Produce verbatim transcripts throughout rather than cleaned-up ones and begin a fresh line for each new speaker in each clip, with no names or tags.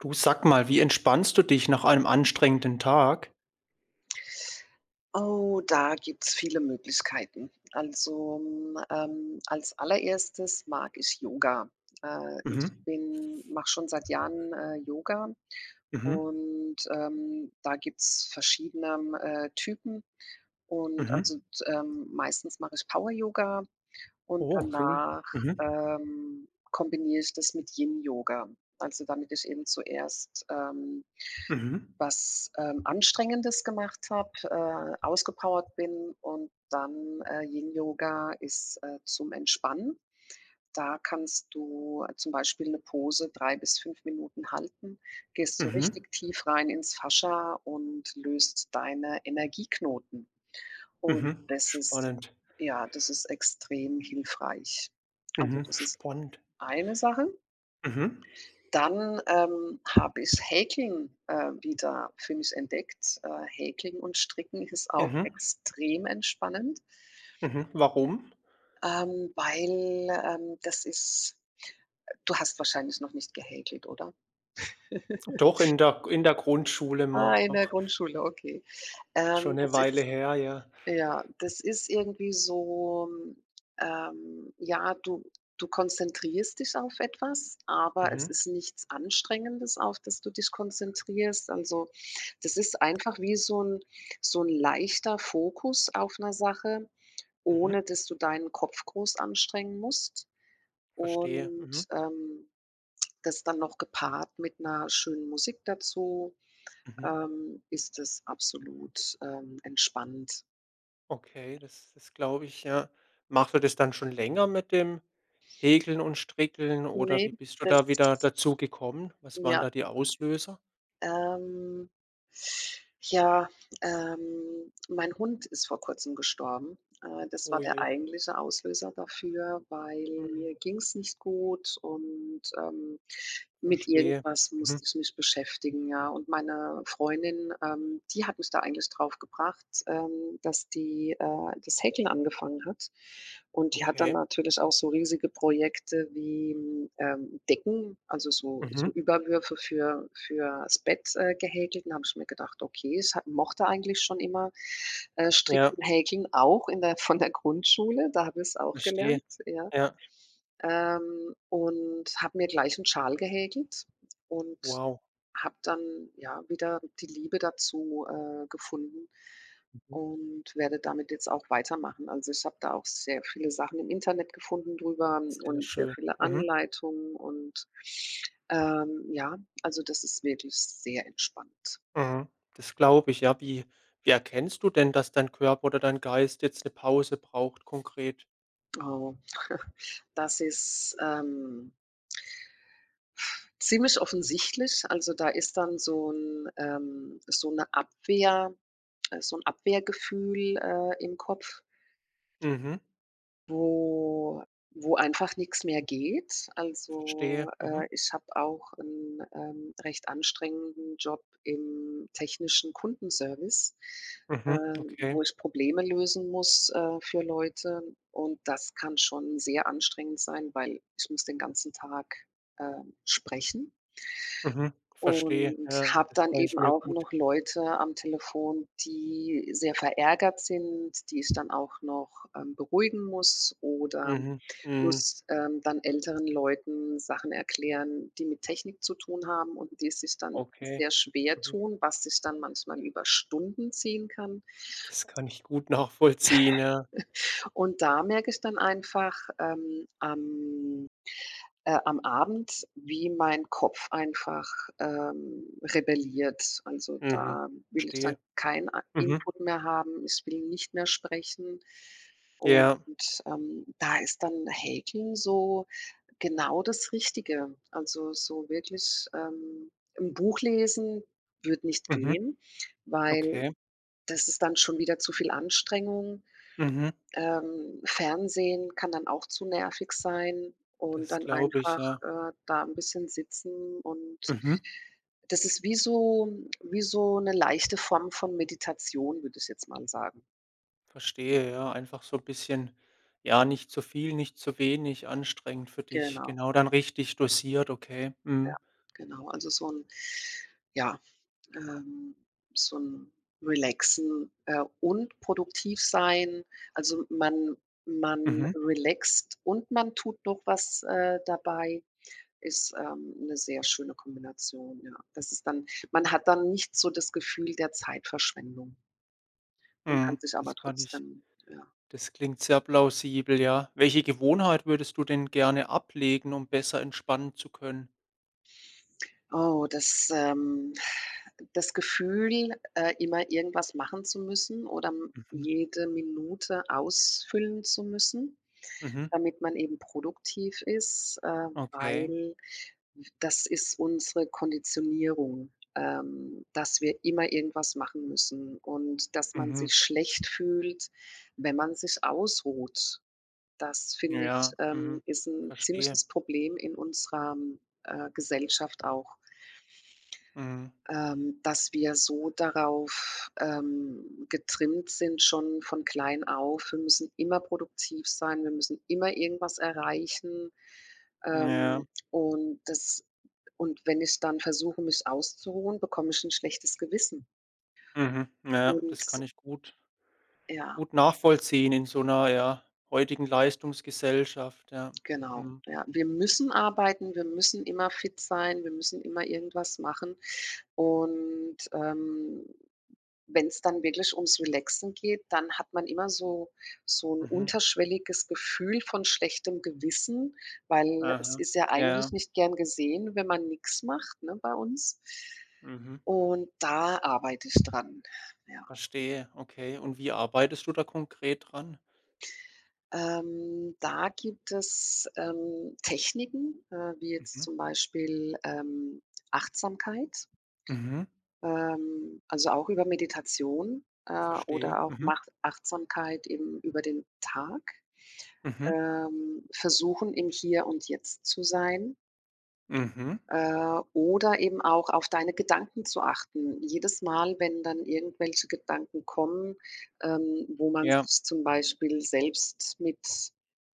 Du, sag mal, wie entspannst du dich nach einem anstrengenden Tag?
Oh, da gibt's viele Möglichkeiten. Also, hm, ähm, als Allererstes mag ich Yoga. Äh, ich
Mhm,
bin mache schon seit Jahren, äh, Yoga
mhm,
und, ähm, da gibt's verschiedene, äh, Typen. Und also,
mhm.
t ähm, meistens mache ich Power Yoga und
Oh, cool.
danach,
Mhm,
ähm, kombiniere ich das mit Yin Yoga. Also, damit ich eben zuerst, ähm
mhm,
was, ähm, Anstrengendes gemacht habe, äh, ausgepowert bin und dann, äh, Yin Yoga ist, äh, zum Entspannen. Da kannst du äh, zum Beispiel eine Pose drei bis fünf Minuten halten, gehst so
mhm,
richtig tief rein ins Fascia und löst deine Energieknoten. Und
mhm.
das ist
Spannend.
ja, das ist extrem hilfreich. Also,
Mhm,
das ist
spannend.
eine Sache.
Mhm,
Dann, ähm, habe ich Häkeln, äh, wieder für mich entdeckt. Äh, Häkeln und Stricken ist auch
mhm,
extrem entspannend,
mhm. Warum?
ähm, weil, ähm, das ist du hast wahrscheinlich noch nicht gehäkelt, oder?
Doch, in der in der Grundschule
Ah,
mal.
in der Grundschule, okay. Ähm,
Schon eine
das
Weile
ist.
her, ja.
Ja, das ist irgendwie so, ähm, ja, du du konzentrierst dich auf etwas, aber es
Mhm,
ist nichts Anstrengendes, auf das du dich konzentrierst. Also, das ist einfach wie so ein so ein leichter Fokus auf einer Sache,
mhm.
ohne dass du deinen Kopf groß anstrengen musst
Verstehe.
und,
Mhm,
ähm, das dann noch gepaart mit einer schönen Musik dazu,
mhm.
ähm, ist es absolut, ähm, entspannt.
Okay, das das glaube ich, ja. Machst du das dann schon länger mit dem Häkeln und Strickeln, oder
Ne,
wie bist du da wieder
das
dazu gekommen? Was waren
ja,
da die Auslöser?
ähm, ja, ähm, mein Hund ist vor Kurzem gestorben. Äh, das war
Oh
der
je.
eigentliche Auslöser dafür, weil
Mhm.
mir ging's nicht gut und, ähm, mit
Verstehe.
irgendwas
Mhm.
musste ich mich beschäftigen, ja. Und meine Freundin, ähm, die hat mich da eigentlich drauf gebracht, ähm, dass die, äh dass das Häkeln angefangen hat. Und die hat dann
Okay.
natürlich auch so riesige Projekte wie ähm, Decken, also so, so
Mhm.
Überwürfe für, fürs Bett äh, gehäkelt. Da habe ich mir gedacht, okay, ich hab, mochte eigentlich schon immer äh,
Ja,
stricken Häkeln, auch in der, von der Grundschule. Da habe ich es auch
verstehe.
gelernt. Ja.
Ja.
Ähm, und habe mir gleich einen Schal gehäkelt und
Wow.
habe dann, ja, wieder die Liebe dazu, äh, gefunden
Mhm.
und werde damit jetzt auch weitermachen. Also, ich habe da auch sehr viele Sachen im Internet gefunden drüber
Sehr
und sehr
schön.
viele
Mhm.
Anleitungen und, ähm, ja, also, das ist wirklich sehr entspannt.
Mhm. Das glaube ich, ja. Wie wie erkennst du denn, dass dein Körper oder dein Geist jetzt eine Pause braucht, konkret?
Oh, das ist, ähm ziemlich offensichtlich. Also, da ist dann so 'n ähm, so 'ne Abwehr äh, so ein Abwehrgefühl, äh, im Kopf,
Mhm.
wo wo einfach nichts mehr geht.
Verstehe.
Also,
Mhm.
äh, ich habe auch einen ähm, recht anstrengenden Job im technischen Kundenservice,
Mhm.
ähm, wo
Okay.
ich Probleme lösen muss, äh, für Leute. Und das kann schon sehr anstrengend sein, weil ich muss den ganzen Tag, ähm, sprechen.
Mhm, verstehe,
Und
ja,
habe
das
dann
kann ich
eben
mir
auch
gut.
noch Leute am Telefon, die sehr verärgert sind, die ich dann auch noch, ähm, beruhigen muss oder
Mhm, mhm,
muss, ähm, dann älteren Leuten Sachen erklären, die mit Technik zu tun haben und die es sich dann
okay,
sehr schwer
mhm.
tun, was sich dann manchmal über Stunden ziehen kann.
Das kann ich gut nachvollziehen, ja.
Und da merke ich dann einfach, ähm, am äh, am Abend, wie mein Kopf einfach, ähm, rebelliert. Also,
Mhm,
da will ich dann
verstehe.
keinen a
Mhm,
Input mehr haben. Ich will nicht mehr sprechen. Und,
ja,
ähm, da ist dann Häkeln so genau das Richtige. Also, so wirklich, ähm 'n Buch lesen würde nicht
mhm,
gehen, weil
okay,
das ist dann schon wieder zu viel Anstrengung.
mhm,
Ähm, Fernsehen kann dann auch zu nervig sein und
das
dann
glaube ich,
einfach,
ja.
äh, da ein bisschen sitzen und
Mhm,
das ist wie so wie so eine leichte Form von Meditation, würde ich jetzt mal sagen.
verstehe, ja, einfach so 'n bisschen, ja, nicht zu viel, nicht zu wenig anstrengend für dich.
Genau,
Genau, dann richtig dosiert, okay.
ja,
Mhm,
genau. Also, so ein ja, ähm, so ein Relaxen, äh, und produktiv sein. Also, man man
mhm,
relaxt und man tut noch was, äh, dabei. Ist, ähm, 'ne sehr schöne Kombination, ja. Das ist dann man hat dann nicht so das Gefühl der Zeitverschwendung und kann
mhm,
sich aber
das kann ich.
trotzdem ja.
Das klingt sehr plausibel, ja. Welche Gewohnheit würdest du denn gerne ablegen, um besser entspannen zu können?
Oh, das, ähm das Gefühl, äh, immer irgendwas machen zu müssen oder m
Mhm.
jede Minute ausfüllen zu müssen,
Mhm.
damit man eben produktiv ist, äh,
Okay.
weil das ist unsere Konditionierung, ähm, dass wir immer irgendwas machen müssen und dass man
Mhm.
sich schlecht fühlt, wenn man sich ausruht. Das finde ich,
Ja.
ähm,
Mhm.
ist ein
Verstehe.
ziemliches Problem in unserer, äh, Gesellschaft auch,
Mhm.
ähm, dass wir so darauf, ähm, getrimmt sind schon von klein auf. Wir müssen immer produktiv sein, wir müssen immer irgendwas erreichen.
Ja.
Ähm, und das und wenn ich dann versuche, mich auszuruhen, bekomme ich 'n schlechtes Gewissen.
Mhm. Ja, das
Und
kann ich gut
ja,
gut nachvollziehen, in so einer, ja, heutigen Leistungsgesellschaft, ja.
genau.
Mhm.
Ja, wir müssen arbeiten, wir müssen immer fit sein, wir müssen immer irgendwas machen. Und, ähm, wenn's dann wirklich ums Relaxen geht, dann hat man immer so so 'n
Mhm.
unterschwelliges Gefühl von schlechtem Gewissen, weil es
Aha.
ist ja eigentlich
Ja.
nicht gern gesehen, wenn man nix macht, ne, bei uns.
Mhm.
Und da arbeite ich dran, ja.
Verstehe. Okay. Und wie arbeitest du da konkret dran?
Ähm, da gibt es, ähm, Techniken, äh, wie jetzt
Mhm.
zum Beispiel, ähm, Achtsamkeit,
Mhm.
ähm, also auch über Meditation, äh,
Verstehe.
oder auch
Mhm.
macht Achtsamkeit eben über den Tag.
Mhm.
Ähm, versuchen, im Hier und Jetzt zu sein.
Mhm.
Äh, oder eben auch auf deine Gedanken zu achten. Jedes Mal, wenn dann irgendwelche Gedanken kommen, ähm, wo man
Ja.
sich zum Beispiel selbst mit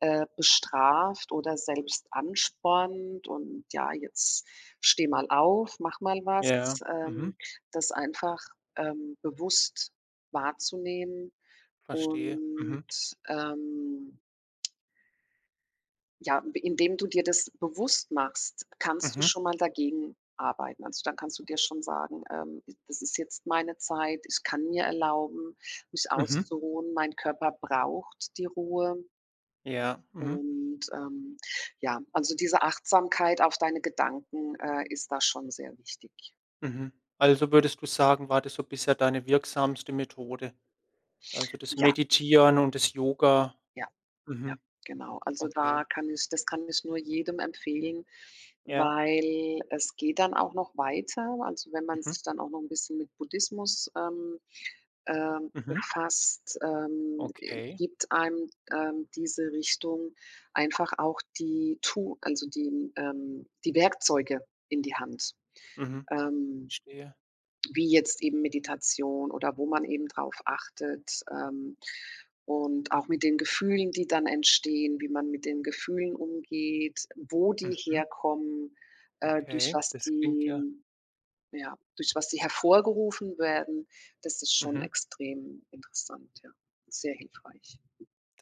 äh, bestraft oder selbst anspornt und ja, jetzt steh mal auf, mach mal
Ja,
was, ähm,
mhm,
das einfach ähm, bewusst wahrzunehmen
verstehe.
und
Mhm,
ähm ja, indem du dir das bewusst machst, kannst du
mhm,
schon mal dagegen arbeiten. Also, dann kannst du dir schon sagen, ähm: „Das ist jetzt meine Zeit. Ich kann mir erlauben, mich
mhm.
auszuruhen. Mein Körper braucht die Ruhe.“
Ja, mhm,
Und, ähm, ja, also, diese Achtsamkeit auf deine Gedanken, äh, ist da schon sehr wichtig.
mhm. Also würdest du sagen, war das so bisher deine wirksamste Methode? Also das
Ja,
Meditieren und das Yoga.
ja. Ja,
Mhm,
genau. Also, da
okay.
kann ich das kann ich nur jedem empfehlen,
Ja.
weil es geht dann auch noch weiter. Also, wenn man
Mhm,
sich dann auch noch ein bisschen mit Buddhismus, ähm, ähm,
mhm.
befasst, ähm, äh,
Okay.
gibt einem, ähm, diese Richtung einfach auch die Tu also, die, ähm die Werkzeuge in die Hand.
Mhm,
Ähm
verstehe.
wie jetzt eben Meditation oder wo man eben drauf achtet. Ähm, und auch mit den Gefühlen, die dann entstehen, wie man mit den Gefühlen umgeht, wo die
Mhm,
herkommen, äh, durch
okay.
was
Das klingt
die,
ja.
ja, durch was die hervorgerufen werden, das ist schon
Mhm,
extrem interessant, ja. Sehr hilfreich.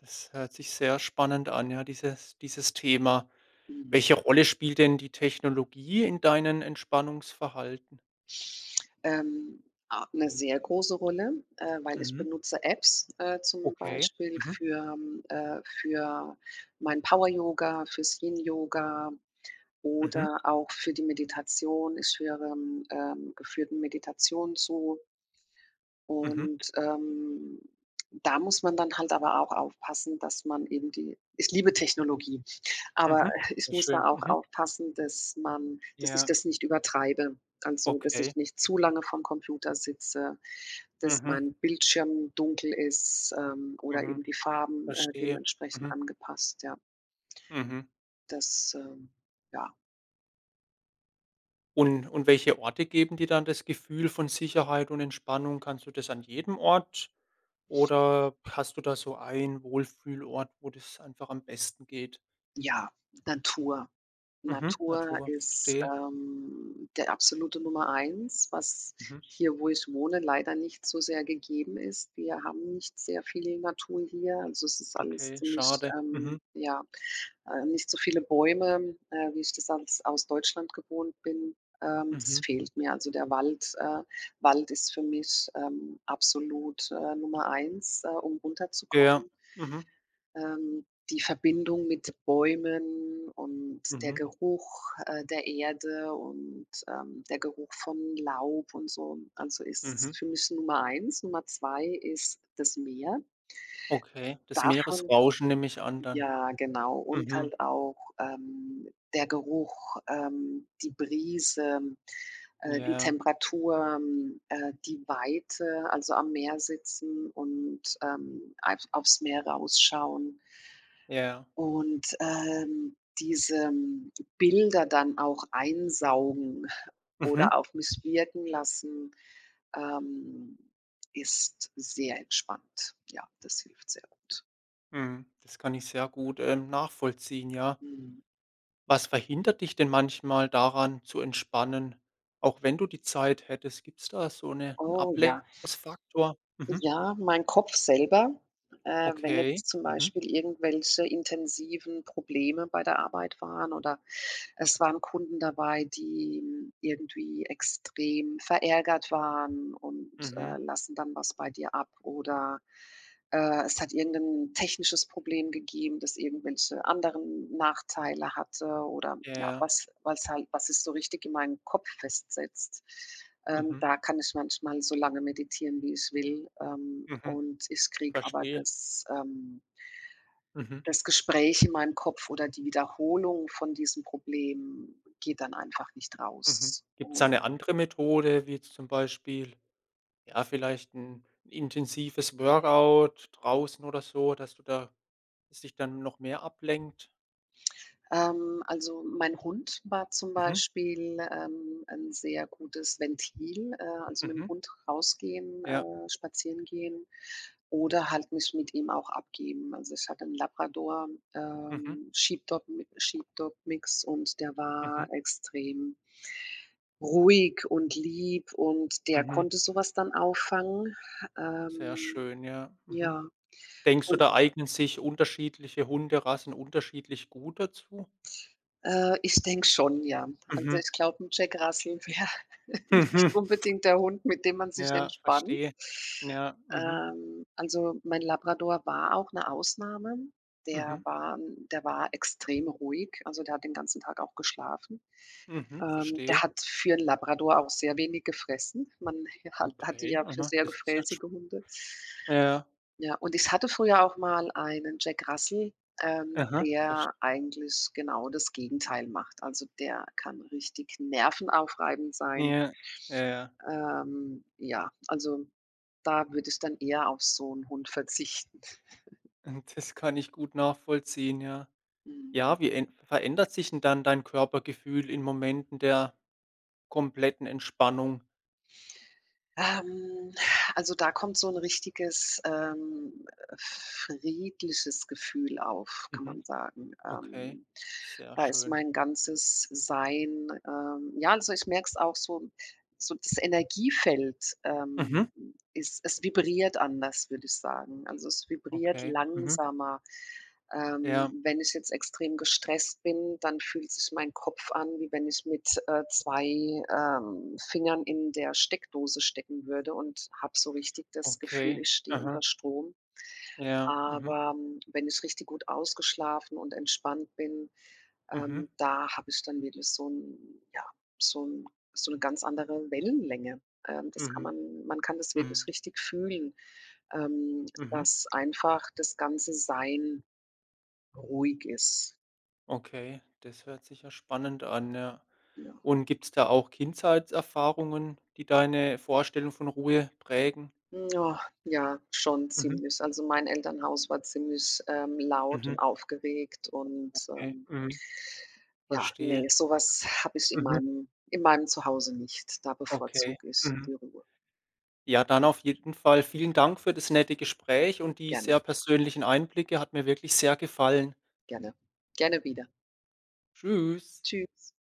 das hört sich sehr spannend an, ja, dieses dieses Thema.
Mhm.
Welche Rolle spielt denn die Technologie in deinen Entspannungsverhalten?
Ähm, a 'ne sehr große Rolle, äh, weil ich
Mhm,
benutze Apps, äh, zum
okay.
Beispiel
Mhm,
für ähm, äh, für mein Power Yoga, fürs Yin Yoga
mhm,
oder auch für die Meditation. Ich höre, ähm, ähm, geführten Meditationen zu.
mhm.
Und, ähm, da muss man dann halt aber auch aufpassen, dass man eben die ich liebe Technologie, aber
Mhm.
ich
Sehr
muss da
schön.
auch
Mhm.
aufpassen, dass man dass ich
Ja,
das nicht übertreibe. Also, dass ich
okay.
nicht zu lange vorm Computer sitze, dass
Mhm,
mein Bildschirm dunkel ist, ähm, oder eben
mhm.
die Farben, äh,
Verstehe.
dementsprechend
Mhm,
angepasst, ja.
mhm.
Das, ähm ja.
Und und welche Orte geben dir dann das Gefühl von Sicherheit und Entspannung? Kannst du das an jedem Ort, oder hast du da so einen Wohlfühlort, wo das einfach am besten geht?
Ja, Natur.
Mhm,
Natur
Natur,
ist,
verstehe.
ähm, der absolute Nummer eins, was
Mhm.
hier, wo ich wohne, leider nicht so sehr gegeben ist. Wir haben nicht sehr viel Natur hier. Also, es ist alles
Okay,
ziemlich,
schade. Mhm,
ähm, ja, äh, nicht so viele Bäume, äh, wie ich das als aus Deutschland gewohnt bin. Ähm, das
mhm.
fehlt mir. Also, der Wald äh, Wald ist für mich, ähm, absolut, äh, Nummer eins, äh, um
Ja.
runterzukommen
Mhm,
ähm, die Verbindung mit Bäumen und der
mhm,
Geruch, äh, der Erde und, ähm, der Geruch von Laub und so. Also,
mhm.
ist für mich Nummer eins. Nummer zwei ist das Meer.
Okay, das
Davon
Meeresrauschen nehme ich an dann.
ja, genau. Und
Mhm.
halt auch, ähm, der Geruch, ähm, die Brise, äh, die
Ja,
Temperatur, äh, die Weite, also am Meer sitzen und, ähm, einf aufs Meer rausschauen.
ja.
Und, ähm, diese ähm, Bilder dann auch einsaugen
Mhm.
oder auch misswirken lassen, ähm, ist sehr entspannt. Ja, das hilft sehr gut.
Mhm. Das kann ich sehr gut, ähm, nachvollziehen, ja.
Mhm.
Was verhindert dich denn manchmal daran zu entspannen, auch wenn du die Zeit hättest? Gibt's da so 'ne 'n
Oh ja.
Ablenkungsfaktor? Mhm.
Ja, mein Kopf selber, äh, wenn
Okay.
jetzt zum
Mhm.
Beispiel irgendwelche intensiven Probleme bei der Arbeit waren oder es waren Kunden dabei, die hm, irgendwie extrem verärgert waren und, äh,
Mhm.
lassen dann was bei dir ab oder äh, es hat irgendein technisches Problem gegeben, das irgendwelche anderen Nachteile hatte oder
Ja,
ja,
ja.
was was halt was sich so richtig in meinen Kopf festsetzt. Ähm,
Mhm.
da kann ich manchmal so lange meditieren, wie ich will, ähm,
Mhm.
und ich kriege aber
Verstehe.
das ähm,
Mhm.
das Gespräch in meinem Kopf oder die Wiederholung von diesem Problem geht dann einfach nicht
Mhm.
raus.
Gibt's da
Und
'ne andere Methode, wie jetzt zum Beispiel, ja, vielleicht ein intensives Workout draußen oder so, dass du da das dich dann noch mehr ablenkt?
Ähm, also, mein Hund war zum
Mhm.
Beispiel, ähm, ein sehr gutes Ventil, äh, also, mit dem
Mhm.
Hund rausgehen,
Ja.
äh, spazieren gehen oder halt mich mit ihm auch abgeben. Also, ich hatte einen Labrador,
Mhm.
ähm, Sheepdog Sheepdog-Mix und der war
Mhm.
extrem ruhig und lieb und der
Mhm. Mhm.
konnte sowas dann auffangen.
Sehr
Ähm,
schön, ja. Mhm.
ja.
Denkst du,
Und
da eignen sich unterschiedliche Hunderassen unterschiedlich gut dazu?
Äh, ich denke schon, ja. Also,
Mhm.
ich glaube, 'n Jack Russell wäre
Mhm.
nicht unbedingt der Hund, mit dem man sich
Ja,
entspannt.
verstehe. Ja, mhm.
Ähm, also, mein Labrador war auch 'ne Ausnahme. Der
Mhm.
war 'n der war extrem ruhig, also, der hat den ganzen Tag auch geschlafen.
Mhm.
Ähm,
Verstehe.
der hat für 'n Labrador auch sehr wenig gefressen. Man hat hat die
Okay,
ja für
aha,
sehr
das ist ja
gefräßige
sp,
Hunde.
ja,
Ja, und ich hatte früher auch mal einen Jack Russell, ähm,
aha, verstehe.
der eigentlich genau das Gegenteil macht. Also, der kann richtig nervenaufreibend sein.
Ja, ja.
Ähm, ja, also, da würde ich dann eher auf so 'n Hund verzichten.
Und das kann ich gut nachvollziehen, ja.
Mhm.
Ja, wie en verändert sich denn dann dein Körpergefühl in Momenten der kompletten Entspannung?
Ähm, also, da kommt so 'n richtiges, ähm, friedliches Gefühl auf, kann
Mhm.
man sagen.
Okay,
Ähm,
sehr
da ist
schön.
mein ganzes Sein ähm, ja, also, ich merke es auch so so das Energiefeld, ähm,
Mhm.
ist es vibriert anders, würde ich sagen. Also, es vibriert
Okay. Mhm.
langsamer.
Ja.
Ähm, wenn ich jetzt extrem gestresst bin, dann fühlt sich mein Kopf an, wie wenn ich mit äh, zwei ähm, Fingern in der Steckdose stecken würde und habe so richtig das Gefühl,
Okay.
ich stehe unter
Aha.
Strom.
Ja. Mhm.
Aber ähm, wenn ich richtig gut ausgeschlafen und entspannt bin,
Mhm.
ähm, da habe ich dann wirklich so, ein, ja, so, ein, so eine ganz andere Wellenlänge. Ähm, das kann
Mhm.
man, man kann das wirklich
Mhm.
richtig fühlen, ähm,
Mhm.
dass einfach das ganze Sein ruhig ist.
Okay, das hört sich ja spannend an, ja.
Ja.
Und gibt's da auch Kindheitserfahrungen, die deine Vorstellung von Ruhe prägen?
Ja, ja, schon
Mhm.
ziemlich. Also, mein Elternhaus war ziemlich, ähm, laut
Mhm.
und aufgeregt und,
Okay.
ähm,
Mhm.
ja,
Verstehe.
ne, so was habe ich in
Mhm.
meinem in meinem Zuhause nicht. Da
Okay.
bevorzuge ich
Mhm.
die Ruhe.
Ja, dann auf jeden Fall vielen Dank für das nette Gespräch und die
Gerne,
sehr persönlichen Einblicke. Hat mir wirklich sehr gefallen.
gerne, gerne wieder.
Tschüss.
Tschüss.